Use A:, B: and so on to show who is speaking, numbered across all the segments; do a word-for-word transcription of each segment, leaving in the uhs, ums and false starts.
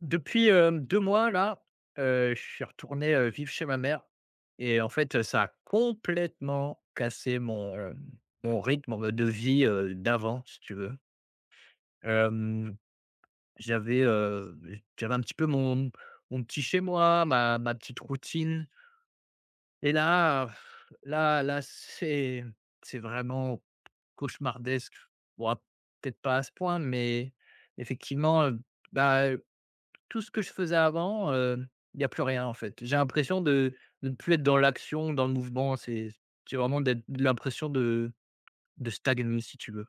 A: Depuis, hem, 2 mois là, heu, je suis retourné, heu, vivre chez ma mère et en fait, ça a complètement cassé mon, hem, mon rythme de vie, heu, d'avant, si tu veux. Hem, j'avais, heu, j'avais un petit peu mon mon petit chez moi, ma ma petite routine et là, euh, là là, c'est c'est vraiment cauchemardesque. Bon, peut-être pas à ce point, mais effectivement, bah tout ce que je faisais avant, heu, il y a plus rien en fait. J'ai l'impression de de ne plus être dans l'action, dans le mouvement, c'est j'ai vraiment d'être l'impression de de stagner si tu veux.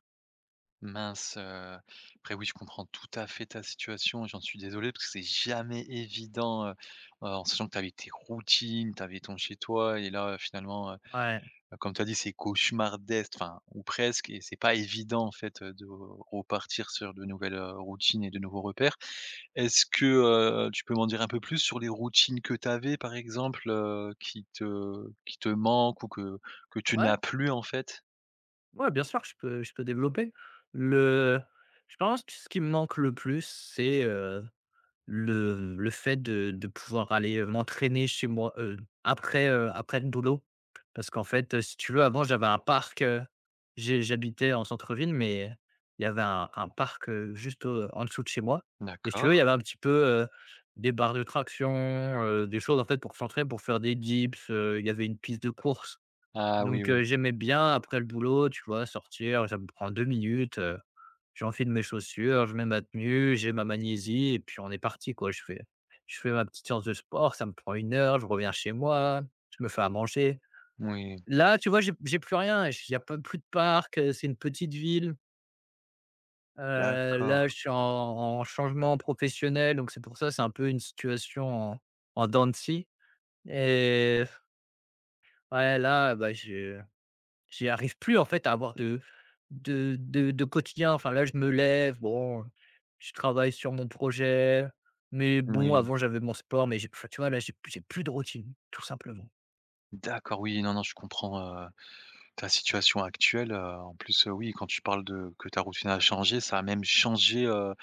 B: Mince, heu, après oui, je comprends tout à fait ta situation et j'en suis désolé parce que c'est jamais évident, heu, en sachant que tu avais tes routines, tu avais ton chez toi et là, euh, finalement, heu,
A: Ouais,
B: comme tu as dit, c'est cauchemardesque, enfin ou presque et c'est pas évident, en fait, heu, de repartir sur de nouvelles, heu, routines et de nouveaux repères. Est-ce que, heu, tu peux m'en dire un peu plus sur les routines que tu avais, par exemple, heu, qui te qui te manquent ou que que tu
A: ouais,
B: n'as plus, en fait?
A: ouais, bien sûr, je peux je peux développer. Le Je pense que ce qui me manque le plus, c'est, euh, Le le fait de de pouvoir aller, heu, m'entraîner chez moi, heu, après, heu, après le boulot. Parce qu'en fait, heu, si tu veux, avant, j'avais un parc, heu, j'ai j'habitais en centre-ville, mais il y avait un un parc, heu, juste, heu, en dessous de chez moi. Et si tu
B: D'accord.
A: veux, il y avait un petit peu, heu, des barres de traction, heu, des choses, en fait, pour s'entraîner, pour faire des dips, heu, il y avait une piste de course.
B: Ah oui,
A: Donc
B: oui.
A: heu, j'aimais bien après le boulot, tu vois, sortir, ça me prend deux minutes. J'enfile mes chaussures, je mets ma tenue, j'ai ma magnésie et puis on est parti quoi. Je fais je fais ma petite séance de sport, ça me prend une heure, je reviens chez moi, je me fais à manger.
B: Oui,
A: Là, tu vois, j'ai j'ai plus rien, il y a pas plus de parc, heu, c'est une petite ville. Heu, là,
B: d'accord.
A: je suis en en changement professionnel, donc c'est pour ça, c'est un peu une situation en en dents de scie. Et ouais, là, bah, j'ai j'y arrive plus en fait à avoir de de de de quotidien. Enfin là, je me lève, bon, je travaille sur mon projet, mais bon,
B: Oui.
A: avant j'avais mon sport, mais j'ai enfin, tu vois, là, j'ai plus j'ai plus de routine, tout simplement.
B: D'accord, oui, non, non, je comprends, heu, ta situation actuelle, heu, en plus, heu, oui, quand tu parles de que ta routine a changé, ça a même changé, heu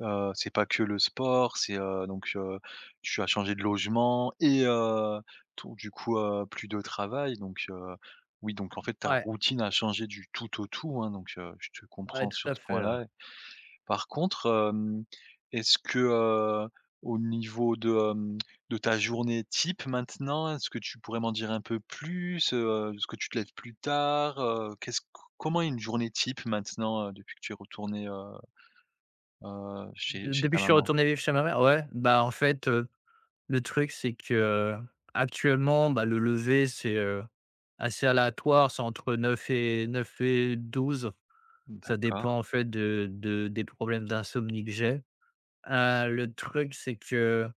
B: heu, c'est pas que le sport, c'est, heu, donc, heu, tu as changé de logement et heu, ton du coup, heu, plus de travail donc, heu, oui, donc en fait ta
A: Ouais,
B: routine a changé du tout au tout, hein, donc, heu, je te
A: ouais,
B: comprends
A: tout
B: sur
A: à
B: ce
A: fait, ouais.
B: point-là. Par contre, hem, est-ce que, heu, au niveau de, hem, de ta journée type maintenant, est-ce que tu pourrais m'en dire un peu plus? Heu, est-ce que tu te lèves plus tard? Heu, qu'est-ce c Comment est une journée type maintenant, heu, depuis que tu es retournée, heu heu, chez
A: De
B: chez
A: Depuis que
B: ta
A: je suis
B: maman?
A: retourné vivre chez ma mère, ouais, bah, en fait, heu, le truc c'est que, euh, actuellement, bah, le lever c'est, heu, assez aléatoire, c'est entre neuf et neuf et douze. Ça
B: D'accord.
A: dépend en fait de de des problèmes d'insomnie que j'ai. Heu, le truc c'est que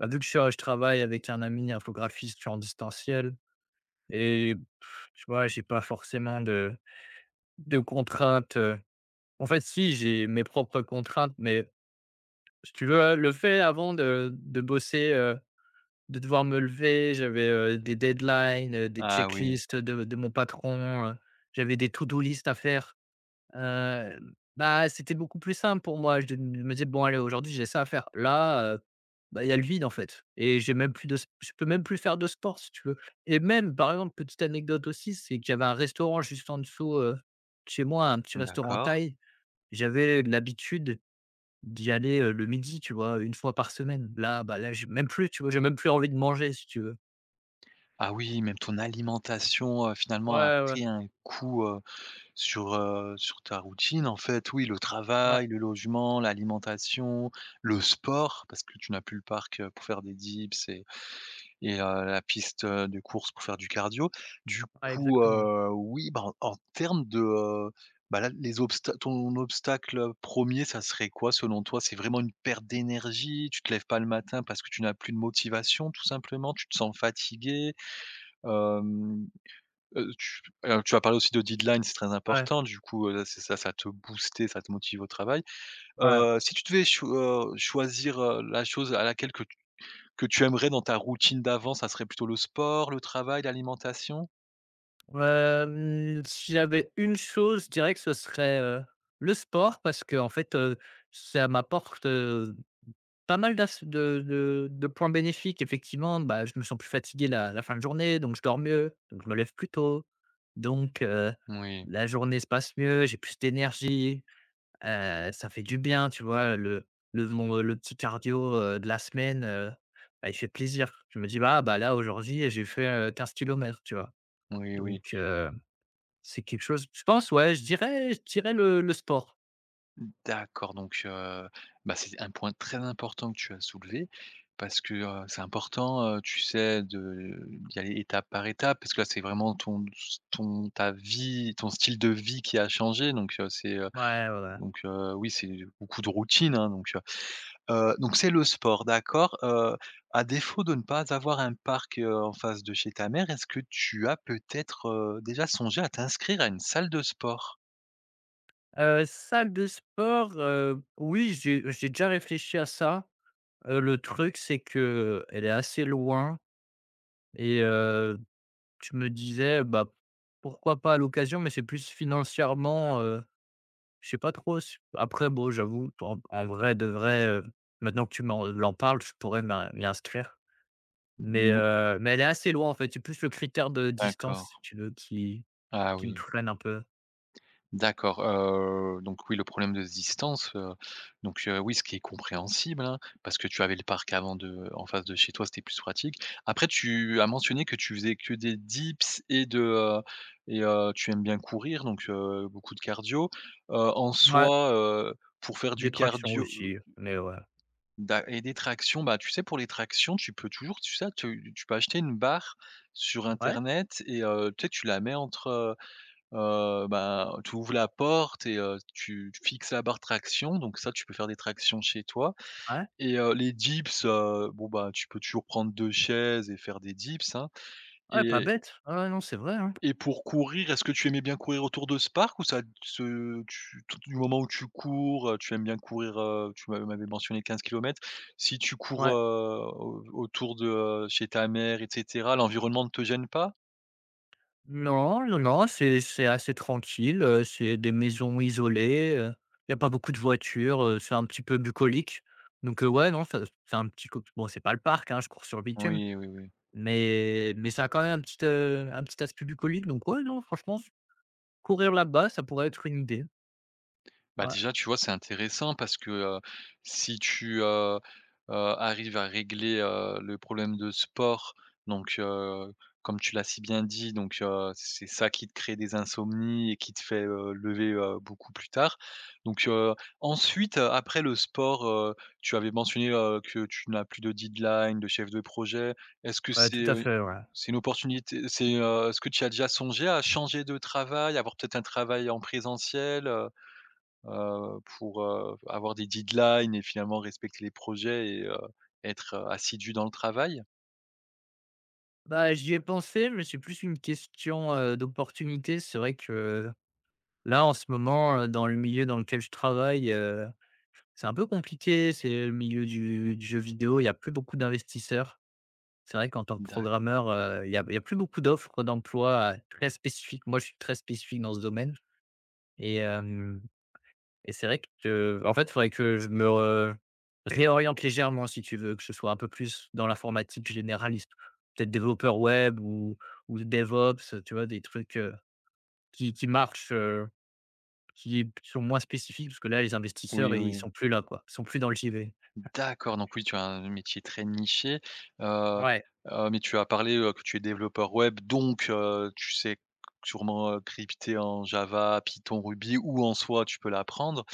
A: bah, vu que je suis, je travaille avec un ami infographiste, je suis en distanciel. Et pff, tu vois, j'ai pas forcément de de contraintes, heu, en fait, si, j'ai mes propres contraintes, mais si tu veux, heu, le fait avant de de bosser, heu, de devoir me lever, j'avais, heu, des deadlines, heu, des
B: Ah oui,
A: checklists de de mon patron, heu, j'avais des to do list à faire, heu, bah, c'était beaucoup plus simple pour moi. Je me disais: «Bon allez, aujourd'hui, j'ai ça à faire». Là, bah, il y a le vide, en fait, et j'ai même plus de je peux même plus faire de sport, si tu veux. Et même, par exemple, petite anecdote aussi, c'est que j'avais un restaurant juste en dessous, heu, de chez moi, un petit restaurant
B: d'accord.
A: thaï. J'avais l'habitude d'y aller, heu, le midi, tu vois? Une fois par semaine. Là, bah, là, j'ai même plus, tu vois? J'ai même plus envie de manger, si tu veux.
B: Ah oui, même ton alimentation, heu,
A: Ouais,
B: finalement a
A: ouais,
B: pris un coup, heu Sur, heu, sur ta routine, en fait, oui, le
A: ouais,
B: travail, le logement, l'alimentation, le sport, parce que tu n'as plus le parc, heu, pour faire des dips et et heu, la piste, heu, de course pour faire du cardio. Du
A: ouais,
B: coup,
A: exactement.
B: heu, oui, bah, en en termes de, heu, bah, là, les obsta ton obstacle, premier ça serait quoi selon toi? C'est vraiment une perte d'énergie? Tu te lèves pas le matin parce que tu n'as plus de motivation tout simplement? Tu te sens fatigué? Heu, tu Alors tu as parlé aussi de deadline, c'est très
A: Ouais,
B: important, du coup, heu, c'est ça, ça te booster, ça te motive au travail.
A: ouais.
B: Heu, si tu devais cho heu, choisir, heu, la chose à laquelle que tu que tu aimerais dans ta routine d'avant, ça serait plutôt le sport, le travail, l'alimentation?
A: Hem, si j'avais une chose, je dirais que ce serait, heu, le sport parce que en fait, heu, ça m'apporte, heu pas mal d'as de de de points bénéfiques. Effectivement, bah, je me sens plus fatigué la la fin de journée, donc je dors mieux, donc je me lève plus tôt, donc heu,
B: Oui,
A: la journée se passe mieux, j'ai plus d'énergie, heu, ça fait du bien, tu vois? Le le mon le petit cardio, heu, de la semaine, heu, bah, il fait plaisir. Je me dis: «Ah, bah, là aujourd'hui j'ai fait, heu, quinze kilomètres», tu vois?
B: oui,
A: Donc
B: oui.
A: heu, c'est quelque chose je pense, ouais, je dirais je dirais le le sport.
B: D'accord, donc heu, bah, c'est un point très important que tu as soulevé parce que, heu, c'est important, heu, tu sais, de d'y aller étape par étape parce que là, c'est vraiment ton ton ta vie, ton style de vie qui a changé donc heu, c'est, heu,
A: Ouais, ouais, ouais.
B: donc heu, oui, c'est beaucoup de routine, hein, donc heu, heu, donc c'est le sport, d'accord. Heu, à défaut de ne pas avoir un parc, heu, en face de chez ta mère, est-ce que tu as peut-être, heu, déjà songé à t'inscrire à une salle de sport?
A: Heu, salle de sport, heu, oui, j'ai j'ai déjà réfléchi à ça. Heu, le truc, c'est que elle est assez loin et heu, je me disais, bah, pourquoi pas à l'occasion, mais c'est plus financièrement, heu, je sais pas trop s après bon, j'avoue, en en vrai de vrai, heu, maintenant que tu m'en l'en parles, je pourrais m'in m'y inscrire, mais
B: Mmh,
A: heu, mais elle est assez loin, en fait. C'est plus le critère de distance,
B: d'accord.
A: si tu veux, qui
B: Ah
A: qui me
B: oui.
A: freine un peu.
B: D'accord, heu, donc oui, le problème de distance, heu, donc heu, oui, ce qui est compréhensible, hein, parce que tu avais le parc avant de en face de chez toi, c'était plus pratique. Après tu as mentionné que tu faisais que des dips et de, heu et heu, tu aimes bien courir, donc heu, beaucoup de cardio. Heu, en
A: Ouais,
B: soi, heu, pour faire
A: des
B: du
A: tractions
B: cardio, heu,
A: aussi, mais ouais.
B: d'a et des tractions, bah, tu sais, pour les tractions, tu peux toujours tu sais, tu tu peux acheter une barre sur
A: Ouais,
B: internet et heu, tu sais, tu la mets entre, Heu, bah, tu ouvres la porte et heu, tu fixes la barre traction, donc ça, tu peux faire des tractions chez toi
A: ouais.
B: et heu, les dips, heu, bon, bah, tu peux toujours prendre deux chaises et faire des dips, hein
A: Ouais, pas
B: et
A: bête. Ah ouais, non, c'est vrai, hein.
B: et pour courir, est-ce que tu aimais bien courir autour de ce parc ou ça se tu tout du moment où tu cours, heu, tu aimes bien courir, heu, tu m'a m'avais mentionné quinze kilomètres. Si tu cours,
A: Ouais.
B: heu, au autour de, heu, chez ta mère et cetera, l'environnement ne te gêne pas?
A: Non, non, non, c'est c'est assez tranquille, heu, c'est des maisons isolées, il y a pas beaucoup de voitures, heu, c'est un petit peu bucolique. Donc heu, ouais, non, ça c'est un petit co bon, c'est pas le parc, hein, je cours sur le bitume,
B: Oui, oui, oui.
A: mais mais ça a quand même un petit, heu, un petit aspect bucolique. Donc ouais, non, franchement, courir là-bas, ça pourrait être une idée.
B: Bah,
A: Ouais,
B: déjà, tu vois, c'est intéressant parce que, heu, si tu, heu heu, arrives à régler, heu, le problème de sport, donc heu, comme tu l'as si bien dit, donc heu, c'est ça qui te crée des insomnies et qui te fait, heu, lever, heu, beaucoup plus tard, donc heu, ensuite, heu, après le sport, heu, tu avais mentionné, heu, que tu n'as plus de deadline, de chef de projet. Est-ce que
A: ouais,
B: c'est,
A: tout à
B: heu,
A: fait, ouais.
B: c'est une opportunité c'est, heu, est-ce que tu as déjà songé à changer de travail, avoir peut-être un travail en présentiel, heu, pour, heu, avoir des deadlines et finalement respecter les projets et heu, être, heu, assidu dans le travail?
A: Bah, j'y ai pensé, mais c'est plus une question, heu, d'opportunité. C'est vrai que là, en ce moment, heu, dans le milieu dans lequel je travaille, c'est un peu compliqué, c'est le milieu du du jeu vidéo, il y a plus beaucoup d'investisseurs. C'est vrai qu'en tant que
B: D'acc
A: programmeur, heu, il y a il y a plus beaucoup d'offres d'emploi euh, très spécifiques. Moi, je suis très spécifique dans ce domaine et hem et c'est vrai que, en fait, il faudrait que je me re réoriente légèrement si tu veux, que ce soit un peu plus dans l'informatique généraliste. Peut-être développeur web ou ou DevOps, tu vois? Des trucs, heu, qui qui marchent, heu, qui sont moins spécifiques parce que là, les investisseurs,
B: Oui,
A: ils
B: oui.
A: sont plus là, quoi. Ils sont plus dans le J V.
B: D'accord, donc oui, tu as un métier très niché, heu
A: Ouais.
B: heu, mais tu as parlé, heu, que tu es développeur web, donc heu, tu sais sûrement, heu, crypter en Java, Python, Ruby ou en soi tu peux l'apprendre.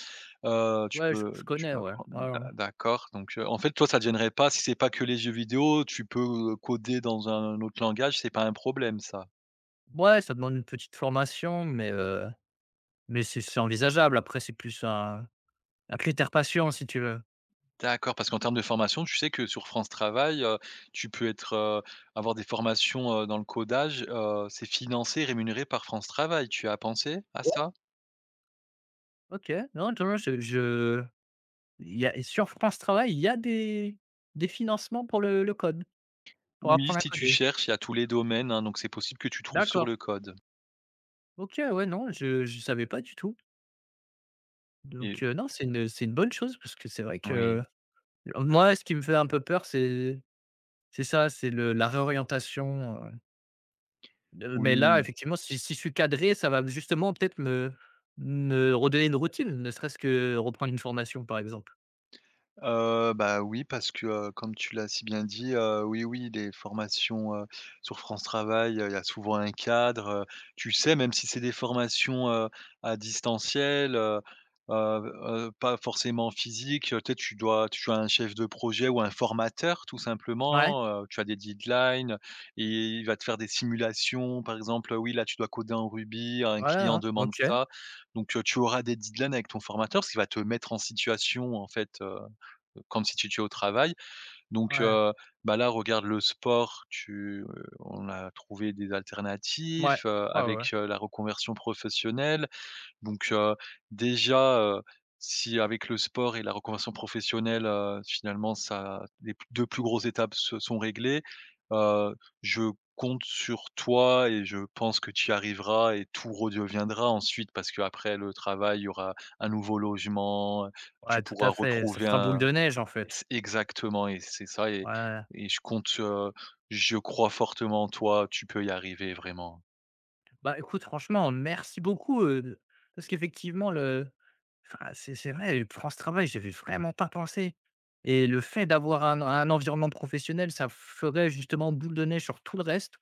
B: Heu, tu
A: Ouais, je
B: peux
A: je
B: tu
A: connais,
B: peux
A: ouais.
B: apprendre
A: Ah
B: d'a
A: ouais.
B: d'accord, donc heu, en fait, toi, ça te gênerait pas si c'est pas que les jeux vidéo. Tu peux, heu, coder dans un autre langage, c'est pas un problème ça?
A: Ouais, ça demande une petite formation, mais heu, mais c'est c'est envisageable. Après, c'est plus un un critère patient, si tu veux.
B: D'accord, parce qu'en termes de formation, tu sais que sur France Travail, heu, tu peux être, heu, avoir des formations, heu, dans le codage, heu, c'est financé, rémunéré par France Travail. Tu as pensé à ça?
A: OK, non, tu vois? Je je Il y a sur France Travail, il y a des des financements pour le le code, pour
B: Oui,
A: apprendre à
B: si tu
A: coder?
B: cherches, il y a tous les domaines, hein, donc c'est possible que tu trouves sur
A: D'accord.
B: le code
A: OK, ouais, non, je je savais pas du tout. Donc
B: et
A: heu, non, c'est une c'est une bonne chose parce que c'est vrai que
B: oui.
A: moi, ce qui me fait un peu peur, c'est c'est ça, c'est le la réorientation, euh, Heu, mais là,
B: Oui.
A: effectivement, si si je suis cadré, ça va justement peut-être me me redonner une routine, ne serait-ce que reprendre une formation, par exemple.
B: Heu, bah, oui, parce que, heu, comme tu l'as si bien dit, heu, oui, oui, les formations, heu, sur France Travail, heu, il y a souvent un cadre, heu, tu sais, même si c'est des formations, heu, à distanciel, heu heu heu, pas forcément physique, heu, tu sais, tu dois tu as un chef de projet ou un formateur tout
A: Ouais,
B: simplement, heu, tu as des deadlines et il va te faire des simulations. Par exemple, oui, là, tu dois coder en Ruby,
A: ouais,
B: un client
A: hein,
B: demande
A: OK,
B: ça. Donc, heu, tu auras des deadlines avec ton formateur, parce qu'il va te mettre en situation, en fait, heu quand si tu tu es au travail. Donc,
A: ouais,
B: heu, bah, là, regarde le sport, tu, heu, on a trouvé des
A: mouais,
B: alternatives heu,
A: ouais, ouais, ouais,
B: avec, heu, la reconversion professionnelle. Donc, heu, déjà, heu, si avec le sport et la reconversion professionnelle, heu, finalement ça les p deux plus grosses étapes se sont réglées, heu, je compte sur toi et je pense que tu y arriveras et tout redeviendra ensuite parce qu'après le travail, il y aura un nouveau logement, tu
A: ouais, tout à
B: pourras
A: fait, ça
B: retrouver
A: fera boule
B: un
A: de neige, en fait.
B: C Exactement et c'est ça et
A: Ouais,
B: et je compte, heu, je crois fortement en toi, tu peux y arriver vraiment, hein.
A: bah, écoute, franchement, merci beaucoup, heu, parce qu'effectivement le enfin, c'est c'est vrai, durant ce travail, j'y vraiment pas pensé et le fait d'avoir un un environnement professionnel, ça ferait justement boule de neige sur tout le reste.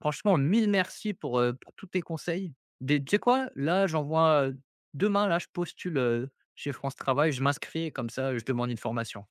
A: Franchement, mille merci pour, heu, pour tous tes conseils. Des Tu sais quoi? Là, j'envoie, heu, demain, là, je postule, heu, chez France Travail, je m'inscris et comme ça, je demande une formation.